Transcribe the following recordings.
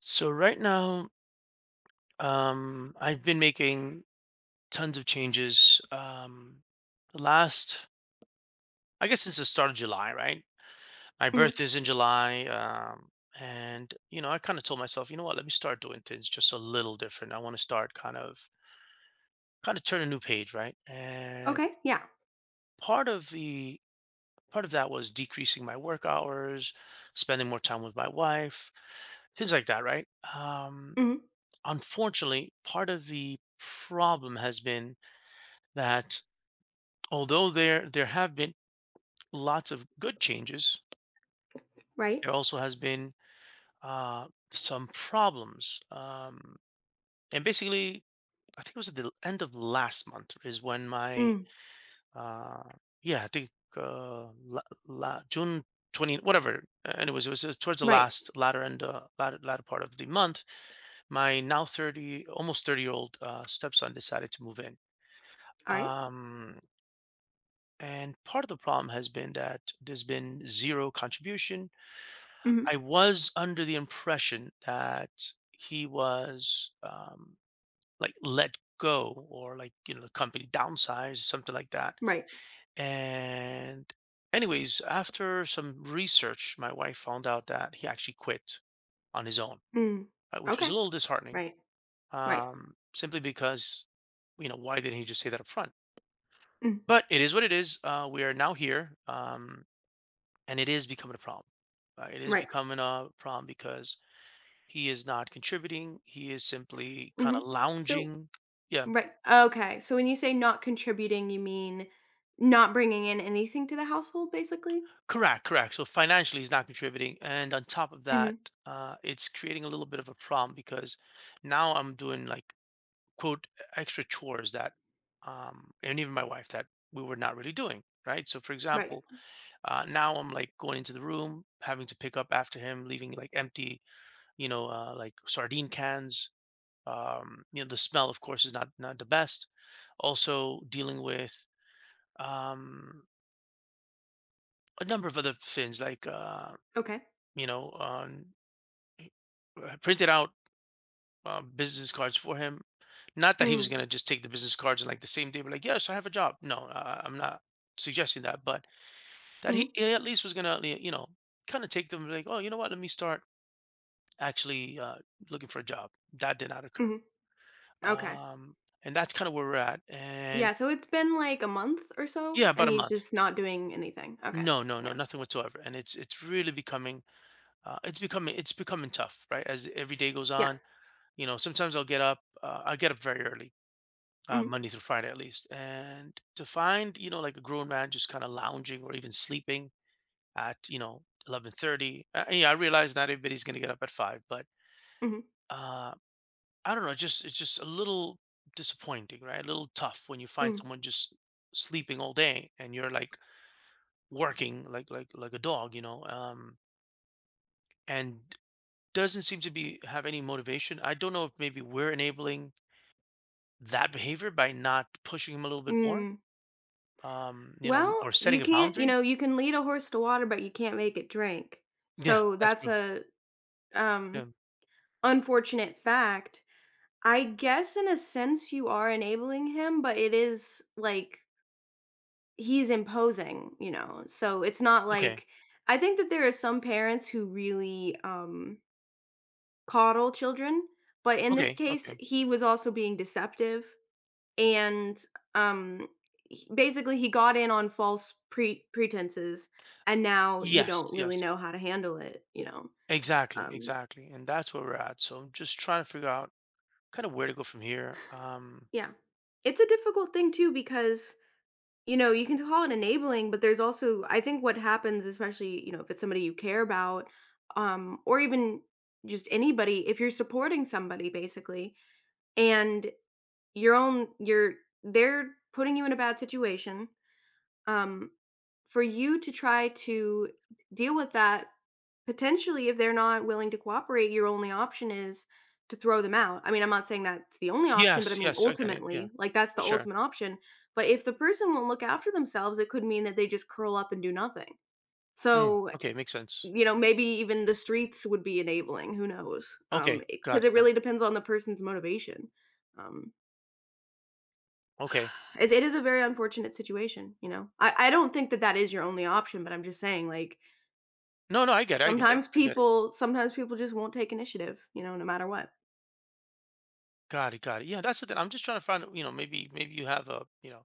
So right now, I've been making tons of changes. The last, I guess, since the start of July, right? My Mhm. birth is in July, and I kind of told myself, you know what? Let me start doing things just a little different. I want to start kind of turn a new page, right? And Okay, yeah. part of the part of that was decreasing my work hours, spending more time with my wife, things like that, right? Um, Mhm. Unfortunately, part of the problem has been that although there have been lots of good changes, Right. there also has been some problems. And basically, I think it was at the end of last month is when my Mm. uh, yeah, I think uh, la, June twenty whatever. Anyways, it was towards the Right. last latter end latter, latter part of the month. My now 30, almost 30-year old stepson decided to move in. Alright. Um, And part of the problem has been that there's been zero contribution. Mhm. I was under the impression that he was like let go or like, you know, the company downsized, something like that. Right. And anyways, after some research, my wife found out that he actually quit on his own, Mm. right, which was Okay. a little disheartening, Right. Right. Simply because, you know, why didn't he just say that up front? Mm. But it is what it is. We are now here. And it is becoming a problem. It is Right. becoming a problem because he is not contributing. He is simply kind Mhm. of So lounging. Yeah, right. Okay, so when you say not contributing, you mean not bringing in anything to the household, basically? correct, correct. So financially, he's not contributing, and on top of that, Mhm. It's creating a little bit of a problem because now I'm doing like, quote, extra chores that, and even my wife, that we were not really doing. Right. So, for Right. example, now I'm like going into the room, having to pick up after him, leaving like empty, you know, like sardine cans. You know, the smell of course is not the best. Also dealing with um, a number of other things like Okay. you know, I printed out business cards for him. Not that he was Mm. going to just take the business cards and like the same day be like, yes, I have a job. No, I'm not suggesting that, but that he, Mhm. he at least was going to, you know, kind of take them and be like, oh, you know what, let me start actually looking for a job. That did not occur. Mhm. Okay. um, and that's kind of where we're at. And Yeah, so it's been, like, a month or so, yeah, and about a he's month. just not doing anything. Okay. No, no, no, Yeah. nothing whatsoever. And it's really becoming it's becoming it's becoming tough, right? As every day goes Yeah. on, you know, sometimes I get up very early, Mhm. Monday through Friday at least, and to find, you know, like a grown man just kind of lounging or even sleeping at, you know, 11:30. Yeah, I realize not everybody's gonna get up at 5, but Mhm. uh, I don't know. Just It's just a little disappointing, right? A little tough when you find Mm. someone just sleeping all day and you're like working like a dog, you know. And doesn't seem to be have any motivation. I don't know if maybe we're enabling that behavior by not pushing him a little bit more, Mm. You know, Well, or you setting a can't, you boundary. know, you can lead a horse to water, but you can't make it drink. Yeah, So that's that's true. a um Yeah. unfortunate fact. I guess in a sense you are enabling him, but it is like he's imposing, you know. So it's not Okay. like I think that there are some parents who really coddle children, but in this Okay. case Okay. he was also being deceptive. And, um, he basically, he got in on false pretenses, and now you Yes. don't really Yes. know how to handle it, you know? Exactly. Um, Exactly. And that's where we're at. So I'm just trying to figure out kind of where to go from here. Yeah. It's a difficult thing too because, you know, you can call it enabling, but there's also I think what happens, especially, you know, if it's somebody you care about, or even just anybody, if you're supporting somebody basically, and your own you're they're putting you in a bad situation, um, for you to try to deal with that potentially if they're not willing to cooperate your only option is to throw them out. I mean, I'm not saying that's the only option, but I Yes. mean Yes. I get it. Yeah. ultimately like that's the For sure. ultimate option. But if the person won't look after themselves it could mean that they just curl up and do nothing. Mm, So okay. Makes sense. you know maybe even the streets would be enabling, who knows. Okay. Got Because it. it Got it. really depends on the person's motivation. um Okay. it, it is a very unfortunate situation. You know, I don't think that that is your only option but I'm just saying like No. No. I get it. I get it. sometimes I get it. people sometimes people just won't take initiative, you know, no matter what. Got it. Got it. Yeah. That's the thing. I'm just trying to find. You know, maybe you have a, you know,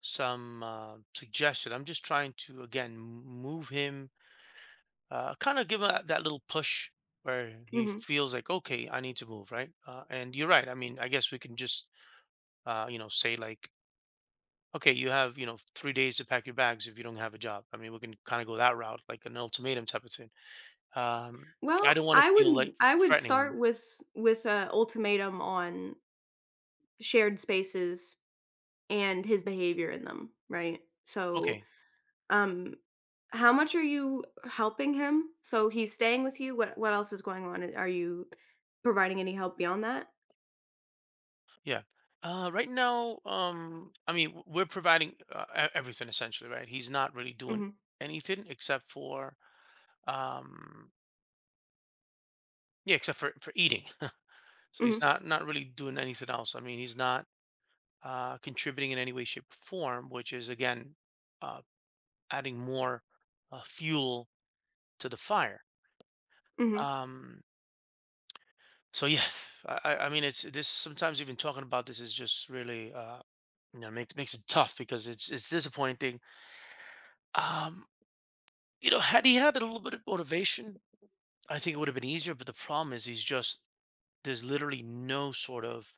some suggestion. I'm just trying to again move him, kind of give him that little push where he Mhm. feels like, okay, I need to move, right? And you're right. I mean, I guess we can just, you know, say like, okay, you have, you know, 3 days to pack your bags if you don't have a job. I mean, we can kind of go that route, like an ultimatum type of thing. Um, but I Well, don't want to I feel like would I would threatening start him. with a ultimatum on shared spaces and his behavior in them, right? So, Okay, um, how much are you helping him? So he's staying with you. What else is going on? Are you providing any help beyond that? yeah. Right now, I mean, we're providing everything essentially, right? He's not really doing Mhm. anything except for Um, yeah, except for eating. So he's Mhm. not really doing anything else. I mean, he's not contributing in any way, shape, or form, which is again uh, adding more fuel to the fire. Mhm. Um, so yeah, I mean, it's this. Sometimes even talking about this is just really you know, makes it tough because it's disappointing. Um, you know, had he had a little bit of motivation, I think it would have been easier. But the problem is, he's just there's literally no sort of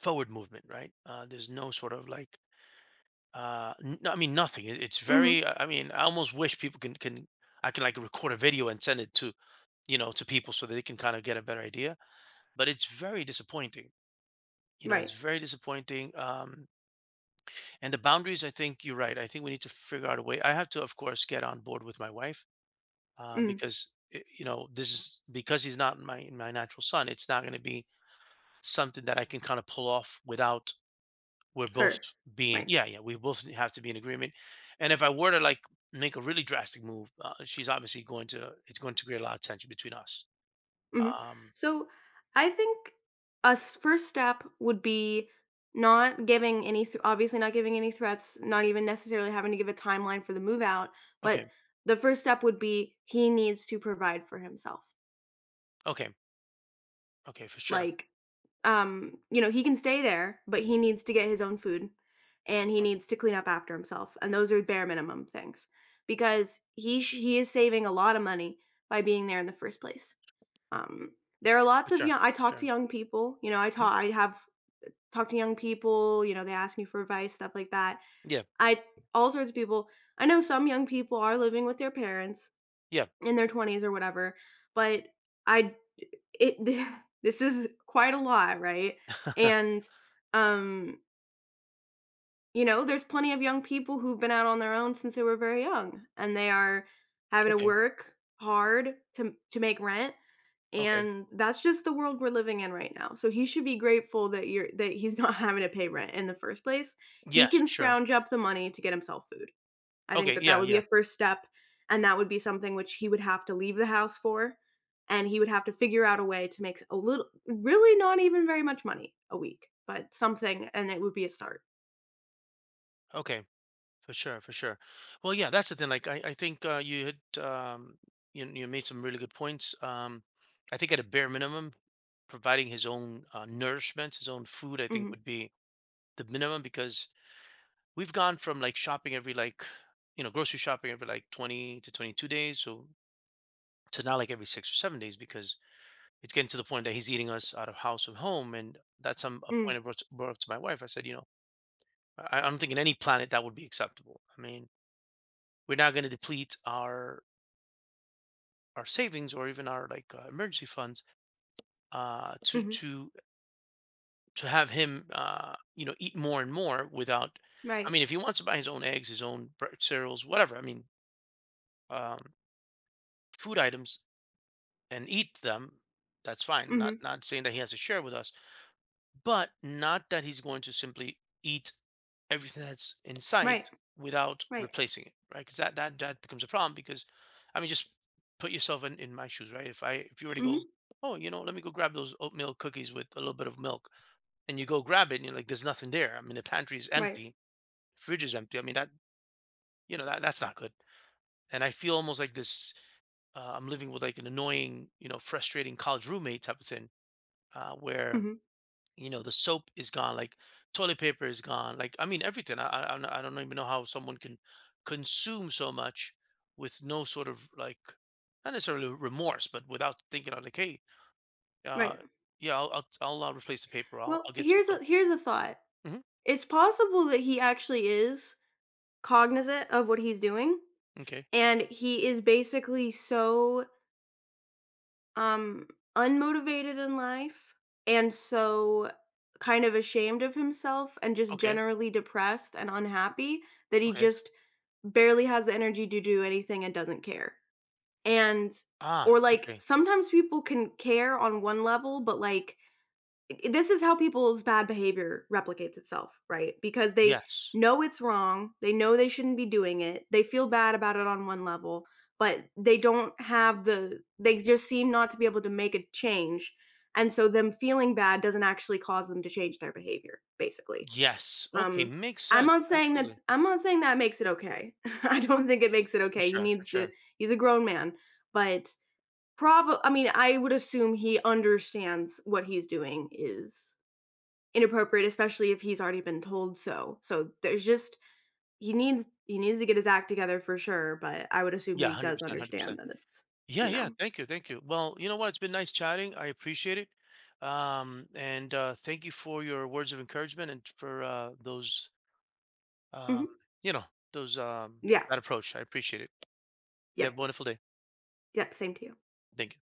forward movement, right? There's no sort of like, no, I mean, nothing. It's Mhm. very. I mean, I almost wish people can I can like record a video and send it to, you know, to people so that they can kind of get a better idea. But it's very disappointing. You know, Right. it's very disappointing. And the boundaries, I think you're right. I think we need to figure out a way. I have to, of course, get on board with my wife, Mm. because you know, this is because he's not my natural son. It's not going to be something that I can kind of pull off without. We're both Her. being Right. Yeah, yeah, we both have to be in agreement. And if I were to like make a really drastic move, she's obviously going to it's going to create a lot of tension between us. Mhm. Um, So I think first step would be not giving any, obviously, not giving any threats, not even necessarily having to give a timeline for the move out. okay, But the first step would be he needs to provide for himself. okay, okay, for sure. Like, you know, he can stay there, but he needs to get his own food and he Okay, needs to clean up after himself. And those are bare minimum things because he is saving a lot of money by being there in the first place. Um, there are for lots of sure, young I talk to sure. young people, you know, Mhm. I have talked to young people, you know, they ask me for advice, stuff like that. Yeah, I all sorts of people. I know some young people are living with their parents yeah. in their 20s or whatever, but I it this is quite a lot, right? And um, you know, there's plenty of young people who've been out on their own since they were very young and they are having to Okay, work hard to make rent, okay, and that's just the world we're living in right now. So he should be grateful that you're that he's not having to pay rent in the first place. He yes, for can sure, scrounge up the money to get himself food. I think okay, that that yeah, would be yeah, a first step, and that would be something which he would have to leave the house for, and he would have to figure out a way to make a little, really not even very much money a week, but something, and it would be a start. okay, for sure, for sure. Well, yeah, that's the thing. Like, I think you had you made some really good points. I think at a bare minimum, providing his own nourishment, his own food, I think Mhm. would be the minimum because we've gone from like shopping every like you know grocery shopping every like 20 to 22 days, so to now like every 6 or 7 days, because it's getting to the point that he's eating us out of house and home. And that's some a Mm. point I brought up to my wife. I said, you know, I don't think in any planet that would be acceptable. I mean, we're not going to deplete our savings or even our like emergency funds, uh to Mhm. to to have him, you know, eat more and more without. I Right. mean, if he wants to buy his own eggs, his own cereals, whatever, I mean, um food items, and eat them, that's fine. Mhm. Not saying that he has to share with us, but not that he's going to simply eat everything that's in Right. sight without Right. replacing it, right? Because that becomes a problem. Because I mean, just put yourself in my shoes, right? If you were to go, Mhm. oh, you know, let me go grab those oatmeal cookies with a little bit of milk, and you go grab it, and you're like, there's nothing there. I mean, the pantry is Right. empty, fridge is empty. I mean, that, you know, that's not good. And I feel almost like this. I'm living with like an annoying, you know, frustrating college roommate type of thing, where, Mhm. you know, the soap is gone, like toilet paper is gone, like, I mean, everything. I don't even know how someone can consume so much with no sort of, like, not necessarily remorse, but without thinking on like, hey, uh, Right. yeah, I'll replace the paper. Well, I'll get some soap. Here's a thought. Hmm. It's possible that he actually is cognizant of what he's doing, Okay, and he is basically so um unmotivated in life and so kind of ashamed of himself and just okay, generally depressed and unhappy that he okay. just barely has the energy to do anything and doesn't care. And or Ah, like okay. sometimes people can care on one level, but like I this is how people's bad behavior replicates itself, right? Because they Yes, know it's wrong, they know they shouldn't be doing it, they feel bad about it on one level, but they don't have the they just seem not to be able to make a change, and so them feeling bad doesn't actually cause them to change their behavior, basically. yes. Okay, Um, makes I'm sense. not saying that Absolutely, I'm not saying that makes it okay. I don't think it makes it for okay, he sure, for needs to sure. he's a grown man, but probably. I mean, I would assume he understands what he's doing is inappropriate, especially if he's already been told so. So there's just he needs to get his act together for sure, but I would assume Yeah, he hundred does percent, hundred understand percent. that it's, Yeah, you yeah. know. Thank you. Thank you. Well, you know what? It's been nice chatting. I appreciate it. And thank you for your words of encouragement and for those, um, Mhm. you know, those, Yeah. that approach. I appreciate it. You have a Yep. wonderful day. Yep, same to you. Thank you.